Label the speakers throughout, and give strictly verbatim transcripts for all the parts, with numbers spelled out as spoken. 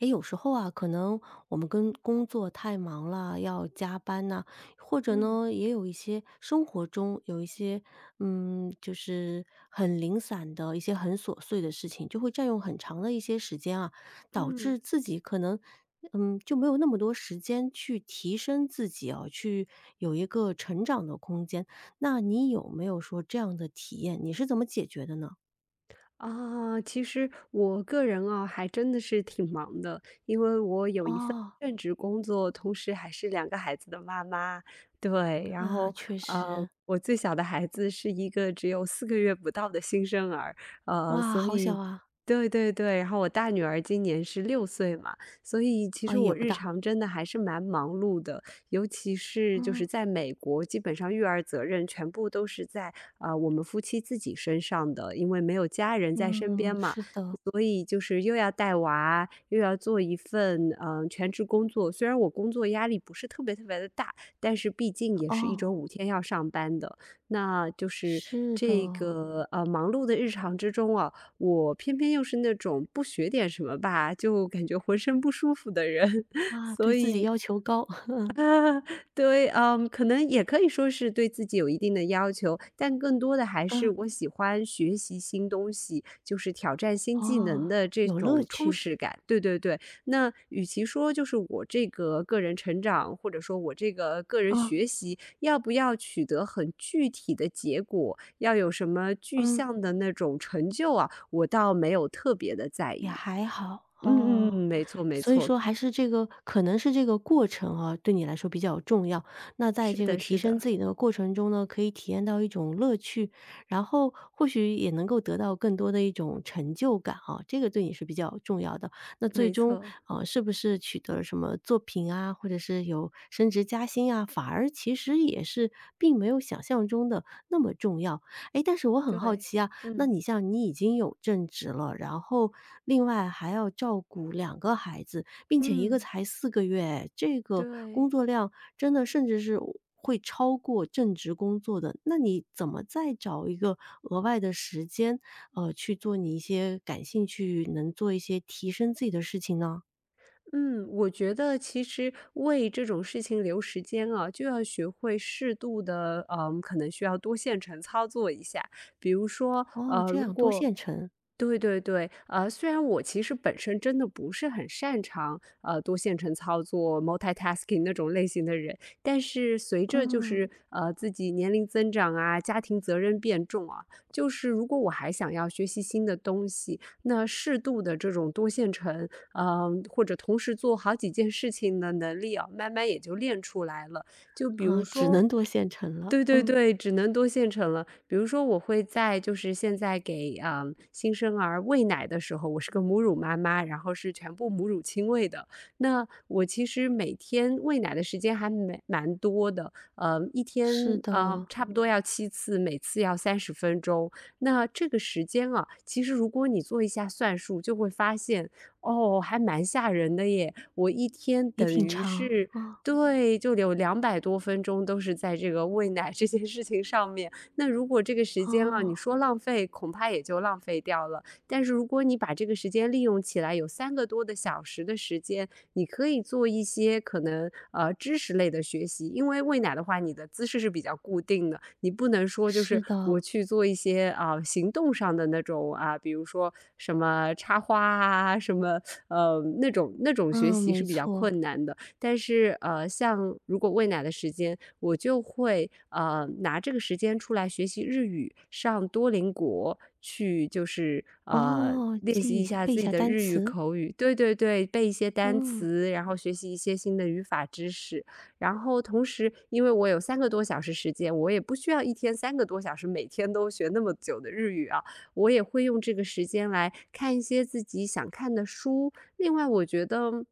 Speaker 1: 诶，有时候啊，可能我们跟工作太忙了，要加班呐、或者
Speaker 2: 嗯
Speaker 1: 呢，也有一些生活中有一些，嗯，就是很零散的一些很琐碎的事情，就会占用很长的一些时间啊，导
Speaker 2: 嗯，
Speaker 1: 致自己可能，嗯，就没有那么多时间去提升自己啊，去有一个成长的空间。那你有没有说这样的体验？你是怎么解决的呢？
Speaker 2: 啊，其实我个人啊，还真的是挺忙的，因为我有一份
Speaker 1: 哦，
Speaker 2: 正职工作，同时还是两个孩子的妈妈。对，然
Speaker 1: 啊，
Speaker 2: 后
Speaker 1: 确
Speaker 2: 呃，
Speaker 1: 实，
Speaker 2: 我最小的孩子是一个只有四个月不到的新生儿，呃，
Speaker 1: 哇，
Speaker 2: 所
Speaker 1: 好小
Speaker 2: 以
Speaker 1: 啊，
Speaker 2: 对对对，然后我大女儿今年是六岁嘛，所以其实
Speaker 1: 啊，
Speaker 2: 我
Speaker 1: 也不
Speaker 2: 日
Speaker 1: 大。
Speaker 2: 常真的还是蛮忙碌的。尤其是就
Speaker 1: 嗯
Speaker 2: 是在美国，基本上育儿责任全部都是在呃我们夫妻自己身上的，因为没有家人在身边
Speaker 1: 嗯，
Speaker 2: 嘛，
Speaker 1: 是的，
Speaker 2: 所以就是又要带娃啊，又要做一份嗯、呃全职工作。虽然我工作压力不是特别特别的大，但是毕竟也是一
Speaker 1: 哦，
Speaker 2: 周五天要上班的，那就是
Speaker 1: 是的，
Speaker 2: 这个呃忙碌的日常之中啊，我偏偏又是那种不学点什么吧，就感觉浑身不舒服的人，
Speaker 1: 啊，
Speaker 2: 所
Speaker 1: 对自己
Speaker 2: 以
Speaker 1: 要求高，
Speaker 2: 啊，对，嗯，可能也可以说是对自己有一定的要求，但更多的还是
Speaker 1: 嗯，
Speaker 2: 我喜欢学习新东西，就是挑战新技能
Speaker 1: 哦，
Speaker 2: 的这
Speaker 1: 有乐
Speaker 2: 种充
Speaker 1: 趣，
Speaker 2: 实感。对对对，那与其说就是我这个个人成长，或者说我这个个人
Speaker 1: 啊，
Speaker 2: 学习，要不要取得很具体的结果，要有什么具
Speaker 1: 嗯。
Speaker 2: 象的那种成就啊，我倒没有特别的在
Speaker 1: 也
Speaker 2: 意。
Speaker 1: 还好，
Speaker 2: 嗯嗯
Speaker 1: 哦。
Speaker 2: 嗯，没错没
Speaker 1: 所以
Speaker 2: 错，
Speaker 1: 说还是这个可能是这个过程啊，对你来说比较重要。那在
Speaker 2: 是
Speaker 1: 这个
Speaker 2: 的是
Speaker 1: 提升
Speaker 2: 的，
Speaker 1: 自己的过程中呢，可以体验到一种乐趣，然后或许也能够得到更多的一种成就感啊，这个对你是比较重要的。那
Speaker 2: 没
Speaker 1: 最终，
Speaker 2: 错。
Speaker 1: 啊，呃是不是取得了什么作品啊，或者是有升职加薪啊，反而其实也是并没有想象中的那么重要。哎，但是我很好
Speaker 2: 对，
Speaker 1: 奇啊，那
Speaker 2: 嗯
Speaker 1: 你像你已经有正职了，然后另外还要照顾两个孩子，并且一个
Speaker 2: 嗯。
Speaker 1: 才四个月，这个工
Speaker 2: 对，
Speaker 1: 作量真的甚至是会超过正职工作的。那你怎么再找一个额外的时间，呃，去做你一些感兴趣、能做一些提升自己的事情呢？
Speaker 2: 嗯，我觉得其实为这种事情留时间啊，就要学会适度的，嗯，可能需要多线程操作一下。比如说，
Speaker 1: 哦，
Speaker 2: 呃，
Speaker 1: 这
Speaker 2: 如
Speaker 1: 样多
Speaker 2: 果
Speaker 1: 线程，
Speaker 2: 对对对，呃，虽然我其实本身真的不是很擅长，呃，多线程操作、multitasking 那种类型的人，但是随着就
Speaker 1: 嗯，
Speaker 2: 是呃自己年龄增长啊，家庭责任变重啊，就是如果我还想要学习新的东西，那适度的这种多线程，嗯、或者同时做好几件事情的能力啊，慢慢也就练出来了。就比如
Speaker 1: 啊，只
Speaker 2: 说
Speaker 1: 能多线程了，
Speaker 2: 对对
Speaker 1: 嗯，
Speaker 2: 对，只能多现成了。比如说我会在就是现在给，啊，呃新生儿喂奶的时候，我是个母乳妈妈，然后是全部母乳亲喂的。那我其实每天喂奶的时间还蛮蛮多的，呃，一
Speaker 1: 是
Speaker 2: 天，呃，
Speaker 1: 的，
Speaker 2: 差不多要七次，每次要三十分钟。那这个时间啊，其实如果你做一下算术，就会发现哦，还蛮吓人的耶，我一天
Speaker 1: 也
Speaker 2: 等
Speaker 1: 挺
Speaker 2: 于
Speaker 1: 长，
Speaker 2: 是
Speaker 1: 啊，
Speaker 2: 对，就有两百多分钟都是在这个喂奶这件事情上面。那如果这个时间啊，你
Speaker 1: 哦，
Speaker 2: 说浪费，恐怕也就浪费掉了。但是如果你把这个时间利用起来，有三个多的小时的时间，你可以做一些可能，呃，知识类的学习。因为喂奶的话，你的姿势是比较固定的，你不能说就是
Speaker 1: 是的，
Speaker 2: 我去做一些啊、行动上的那种啊，比如说什么插花啊，什么呃那种那种学
Speaker 1: 嗯，
Speaker 2: 习是
Speaker 1: 没
Speaker 2: 比较
Speaker 1: 错。
Speaker 2: 困难的。但是呃，像如果喂奶的时间，我就会呃拿这个时间出来学习日语，上多邻国去就是呃。
Speaker 1: 哦，
Speaker 2: 练习
Speaker 1: 记一
Speaker 2: 一
Speaker 1: 下
Speaker 2: 下
Speaker 1: 背一
Speaker 2: 自己
Speaker 1: 下
Speaker 2: 的
Speaker 1: 单
Speaker 2: 日语
Speaker 1: 词，
Speaker 2: 口语，对对对，背一些单
Speaker 1: 嗯，
Speaker 2: 词，然后学习一些新的语法知识。然后同时，因为我有三个多小时时间，我也不需要一天三个多小时，每天都学那么久的日语啊。我也会用这个时间来看一些自己想看的书。另外，我觉得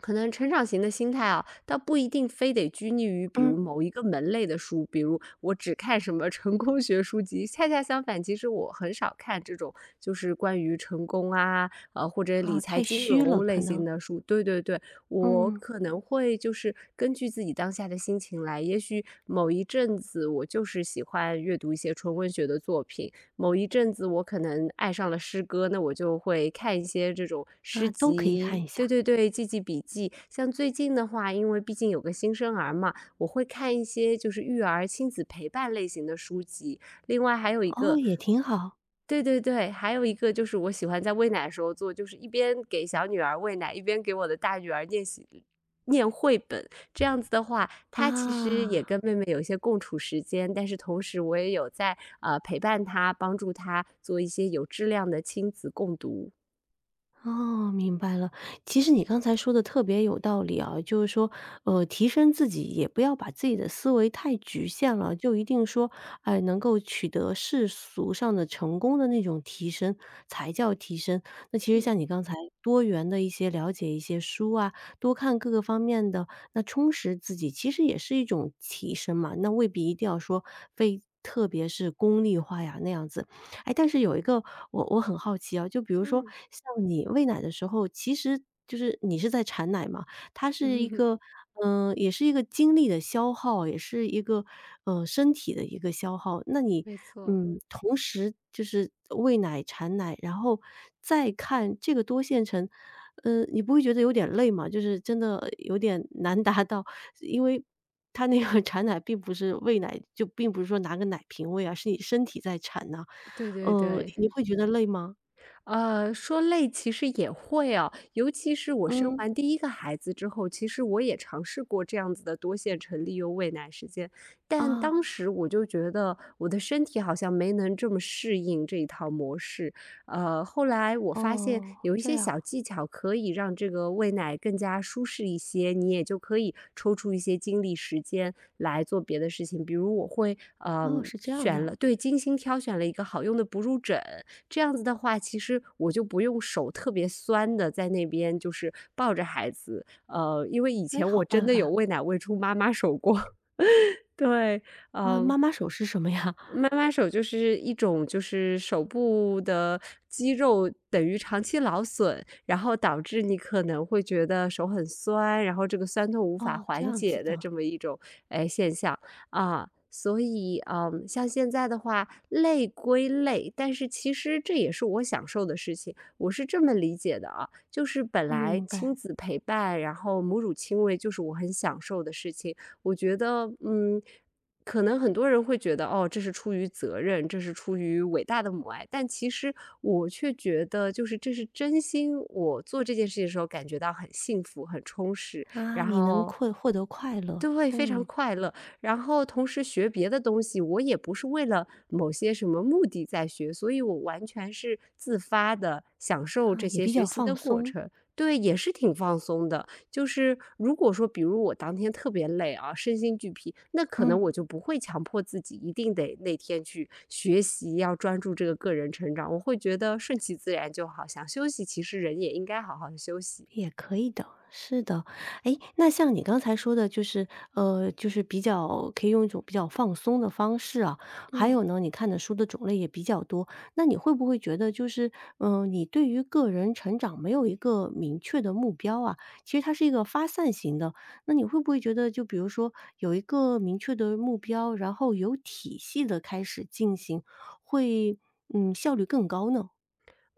Speaker 2: 可能成长型的心态啊，倒不一定非得拘泥于比如
Speaker 1: 嗯。
Speaker 2: 某一个门类的书，比如我只看什么成功学书籍。恰恰相反，其实我很少看这种就是关于成功啊，呃或者理
Speaker 1: 哦，
Speaker 2: 财
Speaker 1: 太
Speaker 2: 金
Speaker 1: 虚了
Speaker 2: 融类
Speaker 1: 可
Speaker 2: 型
Speaker 1: 能，
Speaker 2: 的书。对对对。我
Speaker 1: 嗯。
Speaker 2: 可能会就是根据自己当下的心情来，也许某一阵子我就是喜欢阅读一些纯文学的作品，某一阵子我可能爱上了诗歌，那我就会看一些这种诗
Speaker 1: 啊，都可以
Speaker 2: 集，
Speaker 1: 看一
Speaker 2: 对
Speaker 1: 下，
Speaker 2: 对对，记记笔记。像最近的话，因为毕竟有个新生儿嘛，我会看一些就是育儿、亲子陪伴类型的书籍。另外还有一
Speaker 1: 哦，
Speaker 2: 个，
Speaker 1: 也挺好，
Speaker 2: 对对对，还有一个就是我喜欢在喂奶的时候做，就是一边给小女儿喂奶，一边给我的大女儿念习念绘本。这样子的话，
Speaker 1: 啊。
Speaker 2: 她其实也跟妹妹有一些共处时间，但是同时我也有在呃陪伴她，帮助她做一些有质量的亲子共读。
Speaker 1: 哦，明白了。其实你刚才说的特别有道理啊，就是说，呃，提升自己也不要把自己的思维太局限了，就一定说，哎，能够取得世俗上的成功的那种提升才叫提升。那其实
Speaker 2: 嗯
Speaker 1: 像你刚才多元的一些了解一些书啊，多看各个方面的，那充实自己其实也是一种提升嘛。那未必一定要说非特别是功利化呀那样子，哎，但是有一个我我很好奇啊，就比如说
Speaker 2: 嗯
Speaker 1: 像你喂奶的时候，其实就是你是在产奶嘛，它是一
Speaker 2: 嗯，
Speaker 1: 个，嗯、也是一个精力的消耗，也是一个呃身体的一个消耗。那 你
Speaker 2: 没错，
Speaker 1: 嗯，同时就是喂奶、产奶，然后再看这个多线程，嗯、你不会觉得有点累吗？就是真的有点 难达到，因为。它那个 产奶并不是喂奶，就并不是说拿个奶瓶喂啊，是你身体在产呐、
Speaker 2: 对对
Speaker 1: 嗯，
Speaker 2: 对。
Speaker 1: 你会觉得累吗？
Speaker 2: 呃，说累其实也会啊，尤其是我生
Speaker 1: 嗯。
Speaker 2: 完第一个孩子之后，其实我也尝试过这样子的多线程利用喂奶时间，但
Speaker 1: 啊，
Speaker 2: 当时我就觉得我的身体好像没能这么适应这一套模式。呃，后来我发现
Speaker 1: 哦，
Speaker 2: 有一
Speaker 1: 这
Speaker 2: 些
Speaker 1: 样，
Speaker 2: 小技巧可以让这个喂奶更加舒适一些，你也就可以抽出一些精力时间来做别的事情，比如我会
Speaker 1: 哦，
Speaker 2: 嗯、
Speaker 1: 是这样
Speaker 2: 选了
Speaker 1: 的，
Speaker 2: 对，精心挑选了一个好用的哺乳枕，这样子的话，其实我就不用手特别酸的在那边就是抱着孩子，呃，因为以
Speaker 1: 哎，
Speaker 2: 前我
Speaker 1: 好
Speaker 2: 真
Speaker 1: 办
Speaker 2: 的有
Speaker 1: 法。
Speaker 2: 喂奶喂出妈妈手过。对，嗯、
Speaker 1: 啊，
Speaker 2: 呃
Speaker 1: 妈妈手是什么呀？
Speaker 2: 妈 妈手就是一种就是手部的肌肉等于长期劳损，然后导致你可能会觉得手很酸，然后这个酸痛无法
Speaker 1: 哦，这
Speaker 2: 缓
Speaker 1: 样子
Speaker 2: 解的
Speaker 1: 的，
Speaker 2: 这么一种，哎，现象。啊，所以，嗯，像现在的话，累归累，但是其实这也是我享受的事情，我是这么理解的啊，就是本
Speaker 1: 嗯，
Speaker 2: 来
Speaker 1: 明白。
Speaker 2: 亲子陪伴，然后母乳亲喂就是我很享受的事情。我觉得，嗯，可能很多人会觉得，哦，这是出于责任，这是出于伟大的母爱，但其实我却觉得，就是这是真心。我做这件事情的时候，感觉到很幸福、很充实，
Speaker 1: 啊，
Speaker 2: 然
Speaker 1: 你能
Speaker 2: 后
Speaker 1: 快获得快乐，
Speaker 2: 对，非常
Speaker 1: 嗯，
Speaker 2: 快乐。然后同时学别的东西，我也不是为了某些什么目的在学，所以我完全是自发的享受
Speaker 1: 啊，
Speaker 2: 这
Speaker 1: 也
Speaker 2: 些
Speaker 1: 比
Speaker 2: 学
Speaker 1: 较
Speaker 2: 习
Speaker 1: 放
Speaker 2: 的过
Speaker 1: 松，
Speaker 2: 程。对，也是挺放松的。就是如果说，比如我当天特别累啊，身心俱疲，那可
Speaker 1: 嗯。
Speaker 2: 能我就不会强迫自己一定得那天去学习，要专注这个个人成长。我会觉得顺其自然就好，想休息，其实人也应该好好的休息。
Speaker 1: 也可以的，是的。哎，那像你刚才说的，就是呃，就是比较可以用一种比较放松的方式啊。还有
Speaker 2: 嗯。
Speaker 1: 呢，你看的书的种类也比较多，那你会不会觉得就是，嗯，你对于个人成长没有一个明确的目标啊？其实它是一个发散型的，那你会不会觉得就比如说有一个明确的目标，然后有体系的开始进行，会，嗯，效率更高呢？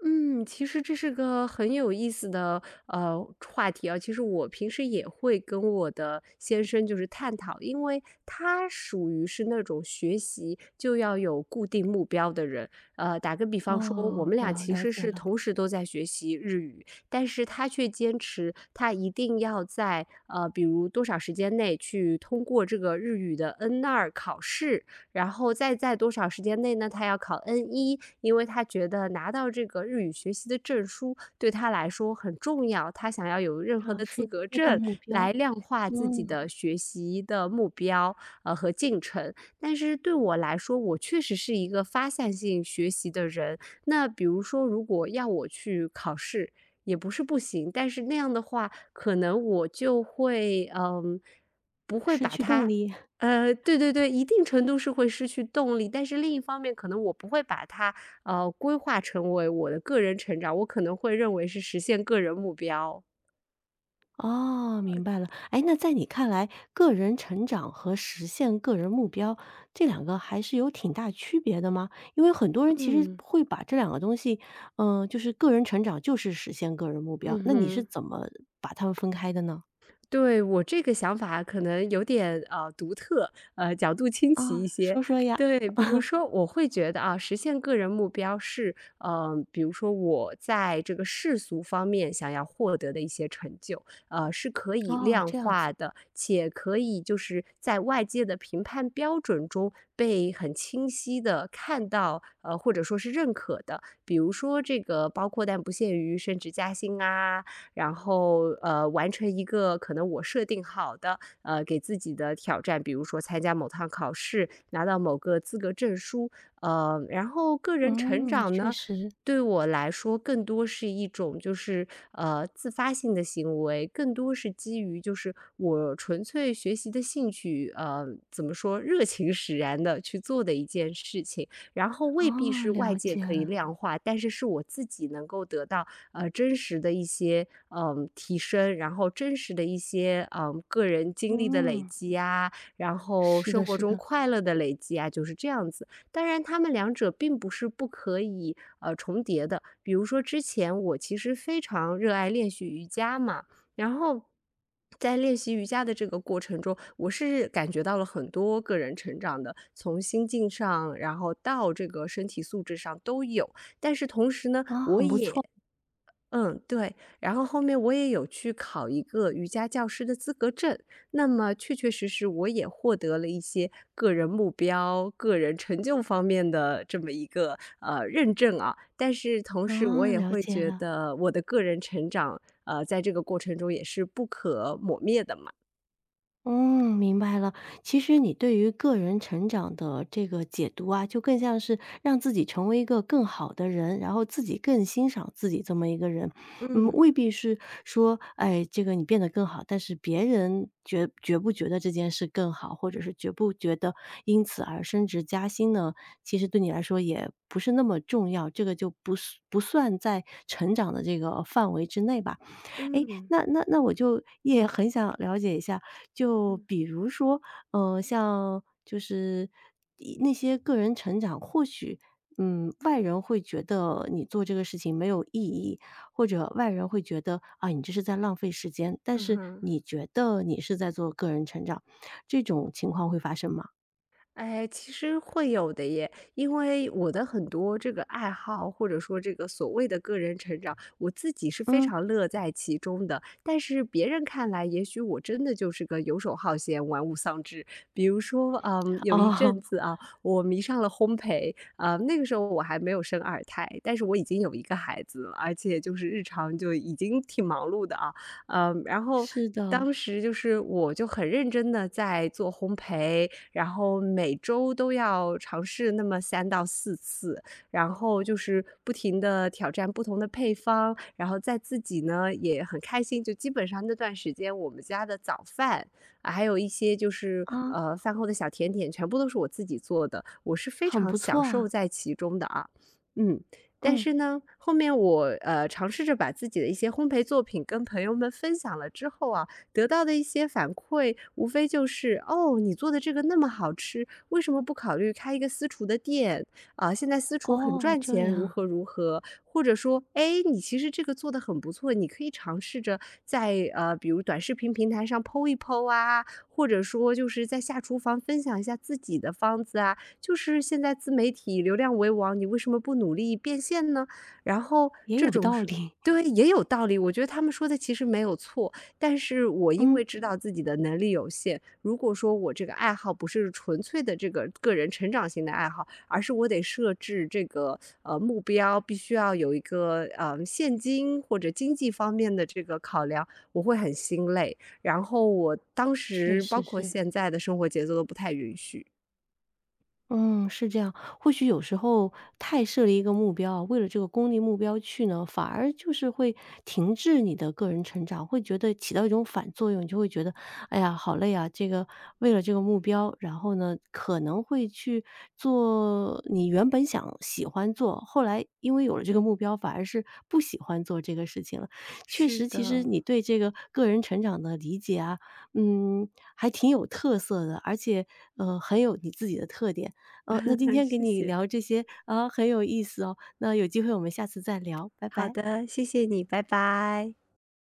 Speaker 2: 嗯，其实这是个很有意思的呃话题啊。其实我平时也会跟我的先生就是探讨，因为他属于是那种学习就要有固定目标的人。呃，打个比方说，我
Speaker 1: 哦，
Speaker 2: 们俩
Speaker 1: 了
Speaker 2: 其
Speaker 1: 了
Speaker 2: 实
Speaker 1: 解
Speaker 2: 是
Speaker 1: 了，
Speaker 2: 同时都在学习日语，但是他却坚持他一定要在呃，比如多少时间内去通过这个日语的 n 二考试，然后再在多少时间内呢，他要考 N 一，因为他觉得拿到这个日语学习的证书对他来说很重要，他想要有任何
Speaker 1: 啊，
Speaker 2: 的资
Speaker 1: 是
Speaker 2: 格
Speaker 1: 阶段
Speaker 2: 证
Speaker 1: 目标。
Speaker 2: 来量化自己
Speaker 1: 嗯，
Speaker 2: 的学习的目标，呃和进程。但是对我来说，我确实是一个发散性学习的人。那比如说，如果要我去考试，也不是不行，但是那样的话，可能我就会，嗯，不会
Speaker 1: 失
Speaker 2: 把
Speaker 1: 去动
Speaker 2: 它
Speaker 1: 力。
Speaker 2: 呃，对对对，一定程度是会失去动力，但是另一方面，可能我不会把它，呃，规划成为我的个人成长，我可能会认为是实现个人目标。
Speaker 1: 哦，明白了。哎，那在你看来，个人成长和实现个人目标，这两个还是有挺大区别的吗？因为很多人其实
Speaker 2: 嗯，
Speaker 1: 会把这两个东西，嗯、就是个人成长就是实现个人目标，
Speaker 2: 嗯
Speaker 1: 那你是
Speaker 2: 哼。
Speaker 1: 怎么把它们分开的呢？
Speaker 2: 对，我这个想法可能有点，呃，独特，呃，角度清奇一
Speaker 1: 啊、
Speaker 2: 些。
Speaker 1: 说说呀。
Speaker 2: 对，比如说我会觉得啊，实现个人目标是，呃，比如说我在这个世俗方面想要获得的一些成就，呃，是可以
Speaker 1: 哦，
Speaker 2: 量
Speaker 1: 这样子。
Speaker 2: 化的，且可以就是在外界的评判标准中被很清晰的看到，呃，或者说是认可的。比如说这个包括但不限于升职加薪啊，然后呃完成一个可能我设定好的呃给自己的挑战，比如说参加某趟考试，拿到某个资格证书，呃，然后个人成
Speaker 1: 嗯，
Speaker 2: 长
Speaker 1: 确
Speaker 2: 呢。
Speaker 1: 实。
Speaker 2: 对我来说，更多是一种就是呃自发性的行为，更多是基于就是我纯粹学习的兴趣，呃，怎么说热情使然的去做的一件事情，然后未必
Speaker 1: 哦，
Speaker 2: 是外
Speaker 1: 了
Speaker 2: 界
Speaker 1: 解
Speaker 2: 可以
Speaker 1: 了。
Speaker 2: 量化，但是是我自己能够得到呃，真实的一些，嗯，提升，然后真实的一些，嗯，个人经历的累
Speaker 1: 嗯，
Speaker 2: 积啊，然后
Speaker 1: 是
Speaker 2: 生
Speaker 1: 的，
Speaker 2: 活
Speaker 1: 是
Speaker 2: 中
Speaker 1: 的。
Speaker 2: 快乐的累积啊，就是这样子。当然，他们两者并不是不可以，呃，重叠的。比如说之前我其实非常热爱练习瑜伽嘛，然后在练习瑜伽的这个过程中，我是感觉到了很多个人成长的，从心境上，然后到这个身体素质上都有。但是同时呢，
Speaker 1: 啊、
Speaker 2: 我
Speaker 1: 很不
Speaker 2: 也
Speaker 1: 错。
Speaker 2: 嗯，对。然后后面我也有去考一个瑜伽教师的资格证，那么确确实实我也获得了一些个人目标、个人成就方面的这么一个呃认证啊。但是同时我
Speaker 1: 啊、
Speaker 2: 也
Speaker 1: 了
Speaker 2: 会
Speaker 1: 解
Speaker 2: 觉
Speaker 1: 了。
Speaker 2: 得我的个人成长，呃，在这个过程中也是不可磨灭的嘛。
Speaker 1: 嗯，明白了。其实你对于个人成长的这个解读啊，就更像是让自己成为一个更好的人，然后自己更欣赏自己这么一个人。嗯，
Speaker 2: 嗯
Speaker 1: 未必是说，哎，这个你变得更好，但是别人觉觉不觉得这件事更好，或者是觉不觉得因此而升职加薪呢？其实对你来说也不是那么重要，这个就不是不算在成长的这个范围之内吧。哎，
Speaker 2: 嗯
Speaker 1: 那那那我就也很想了解一下，就
Speaker 2: 嗯
Speaker 1: 比如说，呃，像就是一那些个人成长，或许，嗯，外人会觉得你做这个事情没有意义，或者外人会觉得，啊，你这是在浪费时间，但
Speaker 2: 嗯
Speaker 1: 是
Speaker 2: 哼。
Speaker 1: 你觉得你是在做个人成长，这种情况会发生吗？
Speaker 2: 哎，其实会有的耶，因为我的很多这个爱好，或者说这个所谓的个人成长，我自己是非
Speaker 1: 嗯，
Speaker 2: 常乐在其中的。但是别人看来，也许我真的就是个游手好闲、玩物丧志。比如说，嗯，有一
Speaker 1: 哦，
Speaker 2: 阵子 啊，我迷上了烘焙，啊、那个时候我还没有生二胎，但是我已经有一个孩子了，而且就是日常就已经挺忙碌的啊，嗯，然后。
Speaker 1: 是的，
Speaker 2: 当时就是，我就很认真的在做烘焙，然后每周都要尝试那么三到四次，然后就是不停的挑战不同的配方，然后在自己呢也很开心，就基本上那段时间我们家的早饭，啊还有一些就是
Speaker 1: 啊，
Speaker 2: 呃饭后的小甜点，全部都是我自己做的，我是非
Speaker 1: 很
Speaker 2: 常
Speaker 1: 不
Speaker 2: 享
Speaker 1: 错
Speaker 2: 受
Speaker 1: 啊，
Speaker 2: 在其中的啊，嗯。但
Speaker 1: 嗯，
Speaker 2: 是呢，后面我呃尝试着把自己的一些烘焙作品跟朋友们分享了之后啊，得到的一些反馈，无非就是哦，你做的这个那么好吃，为什么不考虑开一个私厨的店啊？现在私厨很
Speaker 1: 哦，
Speaker 2: 赚
Speaker 1: 这
Speaker 2: 钱，如
Speaker 1: 样，
Speaker 2: 何如何？或者说，哎，你其实这个做的很不错，你可以尝试着在呃，比如短视频平台上 P O 一 P O 啊，或者说就是在下厨房分享一下自己的方子啊。就是现在自媒体流量为王，你为什么不努力变现呢？然后
Speaker 1: 也
Speaker 2: 这
Speaker 1: 有
Speaker 2: 种
Speaker 1: 道
Speaker 2: 是
Speaker 1: 理，
Speaker 2: 对，也有道理。我觉得他们说的其实没有错，但是我因
Speaker 1: 嗯，
Speaker 2: 为知道自己的能力有限，如果说我这个爱好不是纯粹的这个个人成长型的爱好，而是我得设置这个呃目标，必须要有一个呃现金或者经济方面的这个考量，我会很心累。然后我当
Speaker 1: 确
Speaker 2: 时包
Speaker 1: 实
Speaker 2: 括
Speaker 1: 是。
Speaker 2: 现在的生活节奏都不太允许。
Speaker 1: 嗯，是这样。或许有时候太设立一个目标，为了这个功利目标去呢，反而就是会停滞你的个人成长，会觉得起到一种反作用，你就会觉得，哎呀，好累啊！这个为了这个目标，然后呢，可能会去做你原本想喜欢做，后来因为有了这个目标，反而是不喜欢做这个事情了。确
Speaker 2: 是
Speaker 1: 实，其实
Speaker 2: 的，
Speaker 1: 你对这个个人成长的理解啊，嗯，还挺有特色的，而且呃，很有你自己的特点。呃，那今 天给
Speaker 2: 谢
Speaker 1: 你
Speaker 2: 谢。
Speaker 1: 聊这些，啊，很有意思哦，那有机会我们下次再聊，拜
Speaker 2: 好
Speaker 1: 拜。
Speaker 2: 的，谢谢你，拜拜。